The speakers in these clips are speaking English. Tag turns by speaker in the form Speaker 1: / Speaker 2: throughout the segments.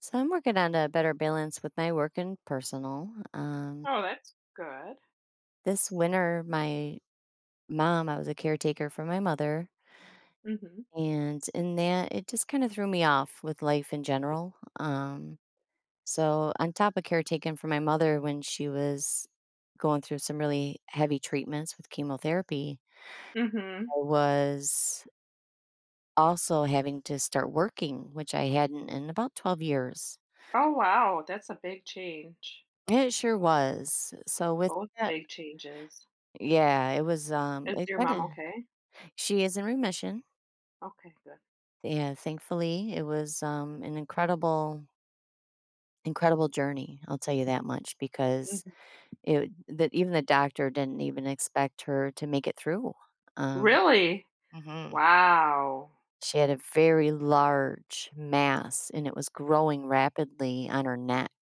Speaker 1: So I'm working on a better balance with my work and personal.
Speaker 2: Oh, that's good.
Speaker 1: This winter, I was a caretaker for my mother,
Speaker 2: Mhm.
Speaker 1: and in that, it just kind of threw me off with life in general. So on top of caretaking for my mother when she was going through some really heavy treatments with chemotherapy,
Speaker 2: Mhm.
Speaker 1: I was also having to start working, which I hadn't in about 12 years.
Speaker 2: Oh, wow, that's a big change.
Speaker 1: It sure was. So with
Speaker 2: Both
Speaker 1: that,
Speaker 2: big changes.
Speaker 1: yeah, it was,
Speaker 2: Is
Speaker 1: it
Speaker 2: your mom
Speaker 1: kinda
Speaker 2: okay?
Speaker 1: she is in remission.
Speaker 2: Okay, good.
Speaker 1: Yeah, thankfully, it was, an incredible, incredible journey, I'll tell you that much, because
Speaker 2: Mhm.
Speaker 1: it that even the doctor didn't even expect her to make it through. Um
Speaker 2: Really?
Speaker 1: mhm.
Speaker 2: Wow.
Speaker 1: She had a very large mass, and it was growing rapidly on her neck,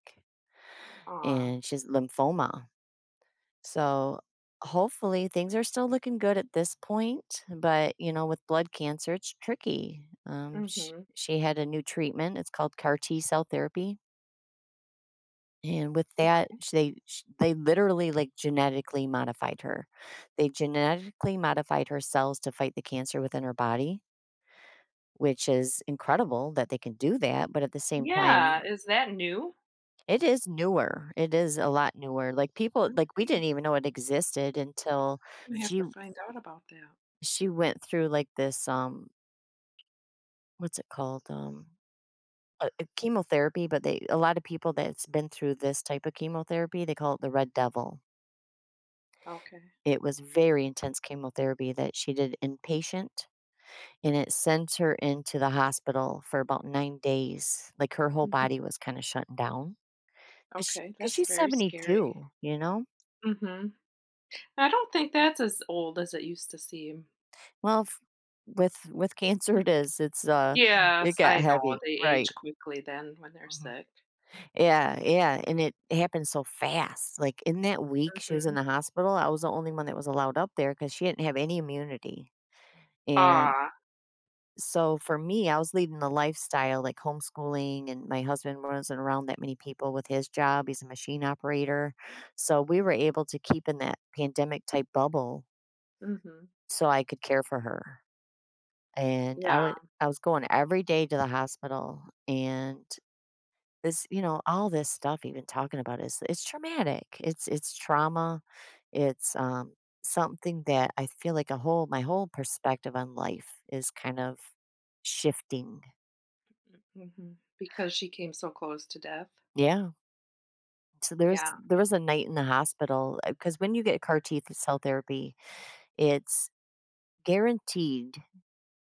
Speaker 2: Aw.
Speaker 1: and she has lymphoma. So hopefully things are still looking good at this point, but with blood cancer, it's tricky. Um, she,
Speaker 2: Mhm.
Speaker 1: she had a new treatment. It's called CAR T cell therapy. And with that, they literally like genetically modified her. They genetically modified her cells to fight the cancer within her body, which is incredible that they can do that. But at the same
Speaker 2: Yeah,
Speaker 1: time,
Speaker 2: is that new?
Speaker 1: it is newer. It is a lot newer. Like people, like we didn't
Speaker 2: Okay.
Speaker 1: even know it existed until
Speaker 2: I'm gonna have
Speaker 1: she
Speaker 2: to find out about that.
Speaker 1: she went through like this, what's it called? Chemotherapy, but they a lot of people that's been through this type of chemotherapy, they call it the red devil.
Speaker 2: Okay.
Speaker 1: It was very intense chemotherapy that she did inpatient, and it sent her into the hospital for about 9 days. Like her whole
Speaker 2: Mhm.
Speaker 1: body was kind of shutting down because
Speaker 2: Okay, that's
Speaker 1: she's
Speaker 2: very scary.
Speaker 1: 72, you know?
Speaker 2: Mhm. I don't think that's as old as it used to seem.
Speaker 1: Well, with cancer, it is. It
Speaker 2: Yes,
Speaker 1: got
Speaker 2: I know,
Speaker 1: heavy,
Speaker 2: they
Speaker 1: right?
Speaker 2: age quickly then when they're
Speaker 1: Mhm.
Speaker 2: sick.
Speaker 1: Yeah, yeah, and it happened so fast. Like in that week she was in
Speaker 2: Mhm.
Speaker 1: the hospital, I was the only one that was allowed up there because she didn't have any immunity, and
Speaker 2: Ah.
Speaker 1: so for me, I was leading the lifestyle, like homeschooling, and my husband wasn't around that many people with his job. He's a machine operator, so we were able to keep in that pandemic type bubble
Speaker 2: Mm-hmm.
Speaker 1: so I could care for her, and
Speaker 2: Yeah.
Speaker 1: I was going every day to the hospital. And this, all this stuff even talking about it, is it's traumatic. It's trauma. It's Something that I feel like a whole my whole perspective on life is kind of shifting.
Speaker 2: Hmm. Because she came so close to death.
Speaker 1: Yeah. So there's
Speaker 2: Yeah.
Speaker 1: there was a night in the hospital because when you get CAR teeth cell therapy, it's guaranteed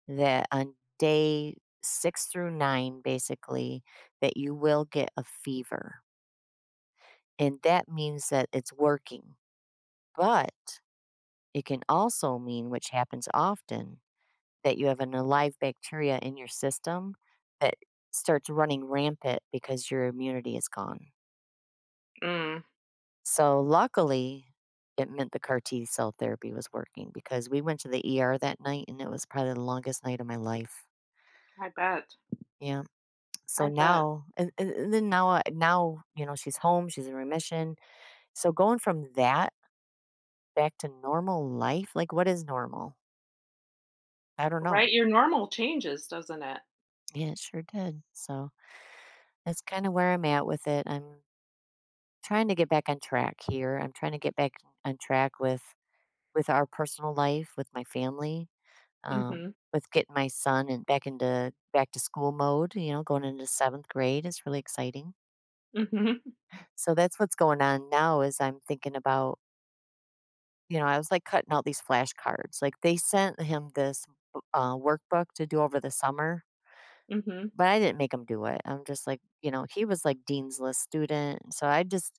Speaker 1: that on day six through nine, basically, that you will get a fever, and that means that it's working. But it can also mean, which happens often, that you have an alive bacteria in your system that starts running rampant because your immunity is gone.
Speaker 2: Mm.
Speaker 1: So, luckily, it meant the CAR T cell therapy was working because we went to the ER that night, and it was probably the longest night of my life.
Speaker 2: I bet.
Speaker 1: Yeah. So
Speaker 2: I bet.
Speaker 1: now, and then now, I- now, you know, she's home, she's in remission. So going from that back to normal life, like what is normal? I don't know.
Speaker 2: Right? Your normal changes, doesn't it?
Speaker 1: Yeah, it sure did. So that's kinda where I'm at with it. I'm trying to get back on track here. I'm trying to get back on track with our personal life, with my family, um,
Speaker 2: Mm-hmm.
Speaker 1: with getting my son and back into back to school mode. You know, going into 7th grade is really exciting.
Speaker 2: Mm-hmm.
Speaker 1: So that's what's going on now is I'm thinking about I was, like, cutting out these flashcards. Like, they sent him this b workbook to do over the summer,
Speaker 2: Mm-hmm.
Speaker 1: but I didn't make him do it. I'm just like, he was, like, dean's list student, so I just.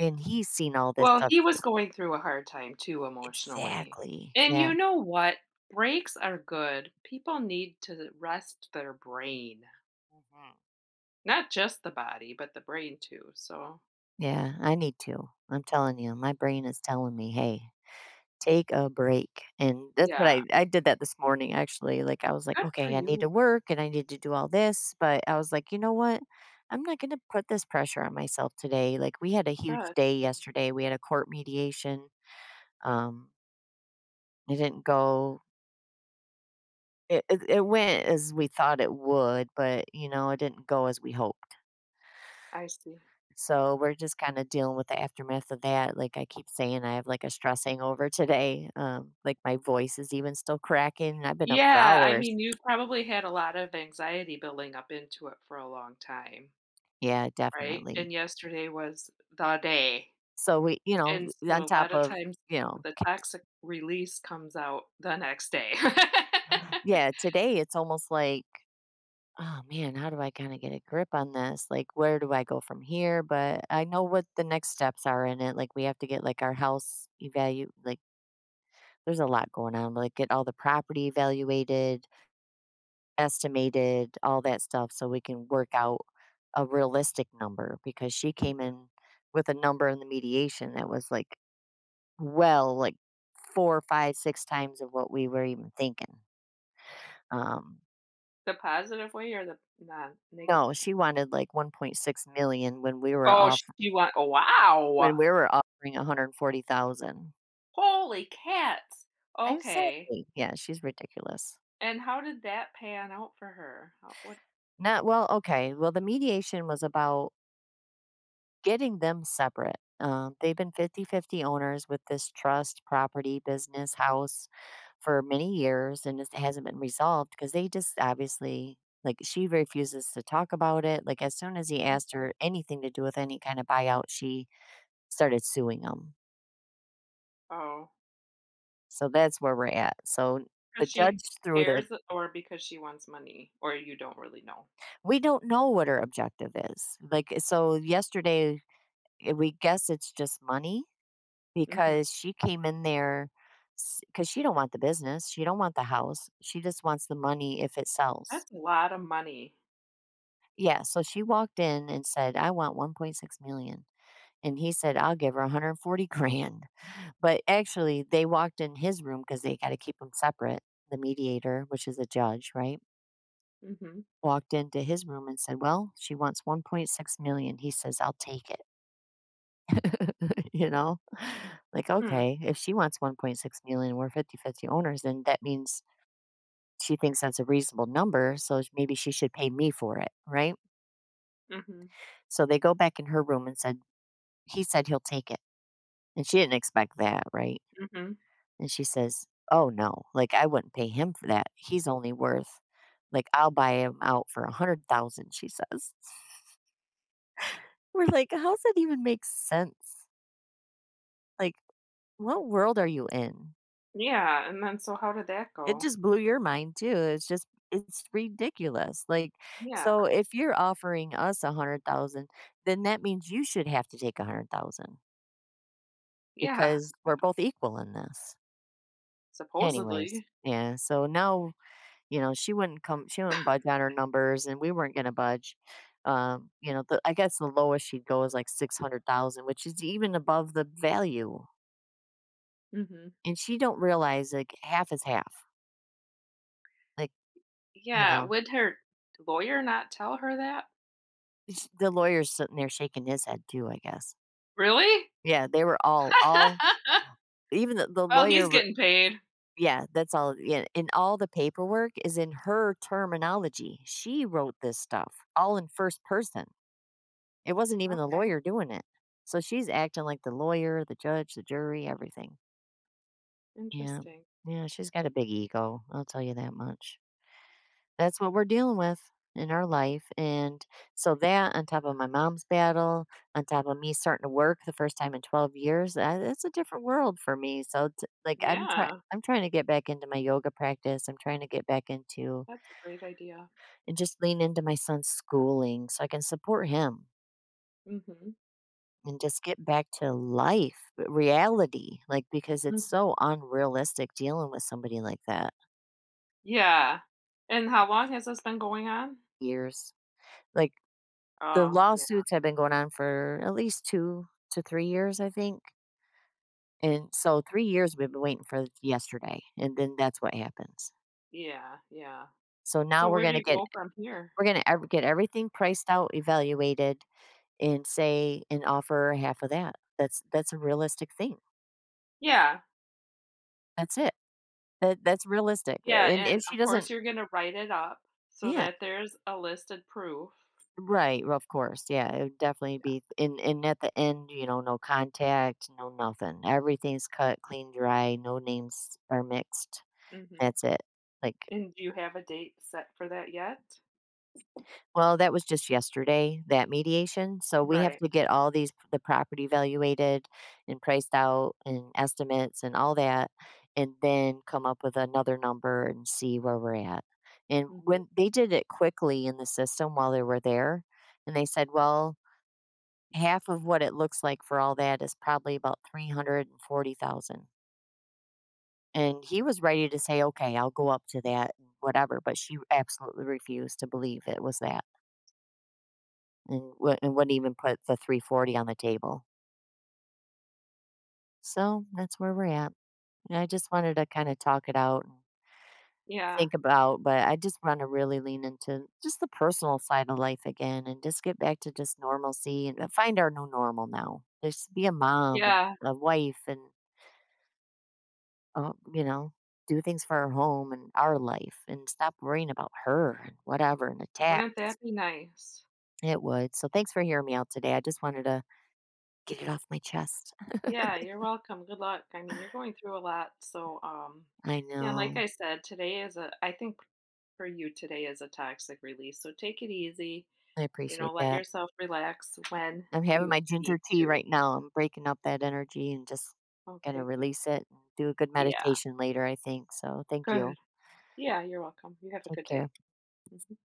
Speaker 1: And he's seen all this
Speaker 2: Well,
Speaker 1: stuff
Speaker 2: he was
Speaker 1: too.
Speaker 2: going through a hard time too emotionally.
Speaker 1: Exactly.
Speaker 2: And
Speaker 1: Yeah.
Speaker 2: you know what? Breaks are good. People need to rest their brain.
Speaker 1: Mhm.
Speaker 2: Not just the body, but the brain too. So,
Speaker 1: Yeah, I need to. I'm telling you, my brain is telling me, "Hey, take a break." And that's what
Speaker 2: yeah.
Speaker 1: I did that this morning actually. Like I was like,
Speaker 2: Good for
Speaker 1: "Okay, I need to
Speaker 2: you.
Speaker 1: work and I need to do all this," but I was like, "You know what? I'm not going to put this pressure on myself today." Like we had a huge
Speaker 2: Good.
Speaker 1: day yesterday. We had a court mediation. Um, it didn't go it, it, it went as we thought it would, but you know, it didn't go as we hoped.
Speaker 2: I see.
Speaker 1: So we're just kinda dealing with the aftermath of that. Like, I keep saying I have, like, a stress hangover today. Like, my voice is even still cracking, and I've been up for
Speaker 2: Yeah, I
Speaker 1: hours.
Speaker 2: mean, you probably had a lot of anxiety building up into it for a long time,
Speaker 1: Yeah,
Speaker 2: right?
Speaker 1: definitely.
Speaker 2: And yesterday was the day.
Speaker 1: So we you know,
Speaker 2: And so
Speaker 1: on
Speaker 2: a
Speaker 1: top
Speaker 2: lot of
Speaker 1: of,
Speaker 2: times
Speaker 1: you know
Speaker 2: the toxic release comes out the next day.
Speaker 1: Yeah, today it's almost like, "Oh, man, how do I kinda get a grip on this? Like, where do I go from here?" But I know what the next steps are in it. Like, we have to get, like, our house evaluated. Like, there's a lot going on, like, get all the property evaluated estimated, all that stuff, so we can work out a realistic number because she came
Speaker 2: Mhm.
Speaker 1: in with a number in the mediation that was like, well, like four, five, six times of what we were even thinking. Um,
Speaker 2: The positive way or the non
Speaker 1: no,
Speaker 2: negative one?
Speaker 1: she wanted like 1.6 million
Speaker 2: Oh, she went.
Speaker 1: when
Speaker 2: Wow.
Speaker 1: we were offering 140,000.
Speaker 2: Holy cats. Okay.
Speaker 1: Exactly. Yeah, she's ridiculous.
Speaker 2: And how did that pan out for her? How, what?
Speaker 1: Not well, okay. Well, the mediation was about getting them separate. They've been 50-50 owners with this trust, property, business, house for many years, and it hasn't been resolved because they just obviously, like, she refuses to talk about it. Like as soon as he asked
Speaker 2: Mhm.
Speaker 1: her anything to do with any kind of buyout, she started suing him.
Speaker 2: Oh.
Speaker 1: So that's where we're at. So the
Speaker 2: 'Cause she
Speaker 1: judge threw the
Speaker 2: cares or because she wants money, or you don't really know?
Speaker 1: We don't know what her objective is. Like, so yesterday, we guess it's just money.
Speaker 2: Mhm.
Speaker 1: Because she came in there, because she don't want the business, she don't want the house, she just wants the money if it sells.
Speaker 2: That's a lot of money.
Speaker 1: Yeah, so she walked in and said, "I want 1.6 million." And he said, "I'll give her 140 grand," but actually, they walked in his room because they gotta keep them separate, the mediator, which is a judge, right?
Speaker 2: Mhm.
Speaker 1: Walked into his room and said, "Well, she wants 1.6 million." He says, "I'll take it." You know? Like,
Speaker 2: Mm.
Speaker 1: okay, if she wants 1,600,000, we're 50-50 owners, then that means she thinks that's a reasonable number, so sh maybe she should pay me for it, right?
Speaker 2: Mhm.
Speaker 1: So they go back in her room and said, "He said he'll take it." And she didn't expect that, right?
Speaker 2: Mhm.
Speaker 1: And she says, "Oh, no, like, I wouldn't pay him for that. He's only worth like, I'll buy him out for 100,000," she says. We're like, "How does that even make sense? Like, what world are you in?"
Speaker 2: Yeah, and then so how did that
Speaker 1: It
Speaker 2: go?
Speaker 1: just blew your mind too. It's just it's ridiculous. Like,
Speaker 2: Yeah.
Speaker 1: so if you're offering us a hundred thousand, then that means you should have to take a hundred thousand
Speaker 2: Yeah.
Speaker 1: because we're both equal in this. Anyways,
Speaker 2: Supposedly.
Speaker 1: yeah. So now, she wouldn't budge on her numbers and we weren't gonna budge. I guess the lowest she'd go is like 600,000, which is even above the value.
Speaker 2: Mhm.
Speaker 1: And she don't realize like half is half. Like, you
Speaker 2: Yeah,
Speaker 1: know,
Speaker 2: would her lawyer not tell her that?
Speaker 1: the lawyer's sitting there shaking his head too, I guess.
Speaker 2: Really?
Speaker 1: Yeah, they were all, even the
Speaker 2: Well,
Speaker 1: lawyer
Speaker 2: he's
Speaker 1: wr
Speaker 2: getting paid.
Speaker 1: Yeah, that's all. Yeah, and all the paperwork is in her terminology. She wrote this stuff all in first person. It wasn't even the
Speaker 2: Okay,
Speaker 1: lawyer doing it. So she's acting like the lawyer, the judge, the jury, everything. Yeah.
Speaker 2: interesting.
Speaker 1: Yeah, she's got a big ego, I'll tell you that much. That's what we're dealing with in our life, and so that on top of my mom's battle, on top of me starting to work the first time in 12 years, that it's a different world for me. So t like, I'm trying,
Speaker 2: Yeah,
Speaker 1: I'm trying to get back into my yoga practice. I'm trying to get back into
Speaker 2: that's a great idea.
Speaker 1: and just lean into my son's schooling so I can support him
Speaker 2: Mhm.
Speaker 1: and just get back to life, r reality. Like, because it's so
Speaker 2: Mhm.
Speaker 1: unrealistic dealing with somebody like that.
Speaker 2: Yeah. And how long has this been going on?
Speaker 1: Years. Like, the
Speaker 2: Oh, yeah.
Speaker 1: lawsuits have been going on for at least 2 to 3 years, I think, and so 3 years we've been waiting for yesterday, and then that's what happens.
Speaker 2: Yeah, yeah.
Speaker 1: So now
Speaker 2: So
Speaker 1: we're
Speaker 2: where do
Speaker 1: gonna
Speaker 2: you
Speaker 1: get
Speaker 2: go from here?
Speaker 1: we're gonna ev get everything priced out, evaluated, and say and offer half of that. That's a realistic thing.
Speaker 2: Yeah,
Speaker 1: That's it. That's realistic, uh,
Speaker 2: yeah,
Speaker 1: and
Speaker 2: and
Speaker 1: if she
Speaker 2: of
Speaker 1: doesn't.
Speaker 2: course you're gonna write it up so
Speaker 1: Yeah.
Speaker 2: that there's a listed proof.
Speaker 1: Right, of course, yeah, it would definitely be. And at the end, you know, no contact, no nothing. Everything's cut clean, dry, no names are mixed.
Speaker 2: Mhm.
Speaker 1: That's it. Like,
Speaker 2: And do you have a date set for that yet?
Speaker 1: well, that was just yesterday, that mediation. So we have
Speaker 2: Right.
Speaker 1: to get all these the property evaluated and priced out and estimates and all that, and then come up with another number and see where we're at. And
Speaker 2: Mhm.
Speaker 1: when they did it quickly in the system while they were there, and they said, well, half of what it looks like for all that is probably about 340,000. And he was ready to say, okay, I'll go up to that, whatever. But she absolutely refused to believe it was that, and wouldn't even put the 340 on the table. So that's where we're at. And I just wanted to kinda talk it out and
Speaker 2: Yeah,
Speaker 1: think about. But I just wanna really lean into just the personal side of life again and just get back to just normalcy, and find our new normal now. Just be a mom and
Speaker 2: yeah.
Speaker 1: a wife and, you know, do things for our home and our life and stop worrying about her and whatever and the tax.
Speaker 2: Wouldn't that be nice?
Speaker 1: It would. So, thanks for hearing me out today. I just wanted to get it off my chest.
Speaker 2: Yeah, you're welcome. Good luck. I mean, you're going through a lot, so
Speaker 1: I
Speaker 2: yeah. And like
Speaker 1: know.
Speaker 2: I said, today is a. I think for you today is a toxic release. So take it easy.
Speaker 1: I
Speaker 2: You know,
Speaker 1: appreciate
Speaker 2: let
Speaker 1: that.
Speaker 2: yourself relax when
Speaker 1: I'm having
Speaker 2: you
Speaker 1: my ginger
Speaker 2: need
Speaker 1: tea right
Speaker 2: to.
Speaker 1: now. I'm breaking up that energy and just gonna
Speaker 2: Okay, good.
Speaker 1: release it and do a good
Speaker 2: Yeah.
Speaker 1: meditation later, I think. So thank
Speaker 2: Good.
Speaker 1: you.
Speaker 2: Yeah, you're welcome. You have a
Speaker 1: Take
Speaker 2: good day.
Speaker 1: care.
Speaker 2: Mhm.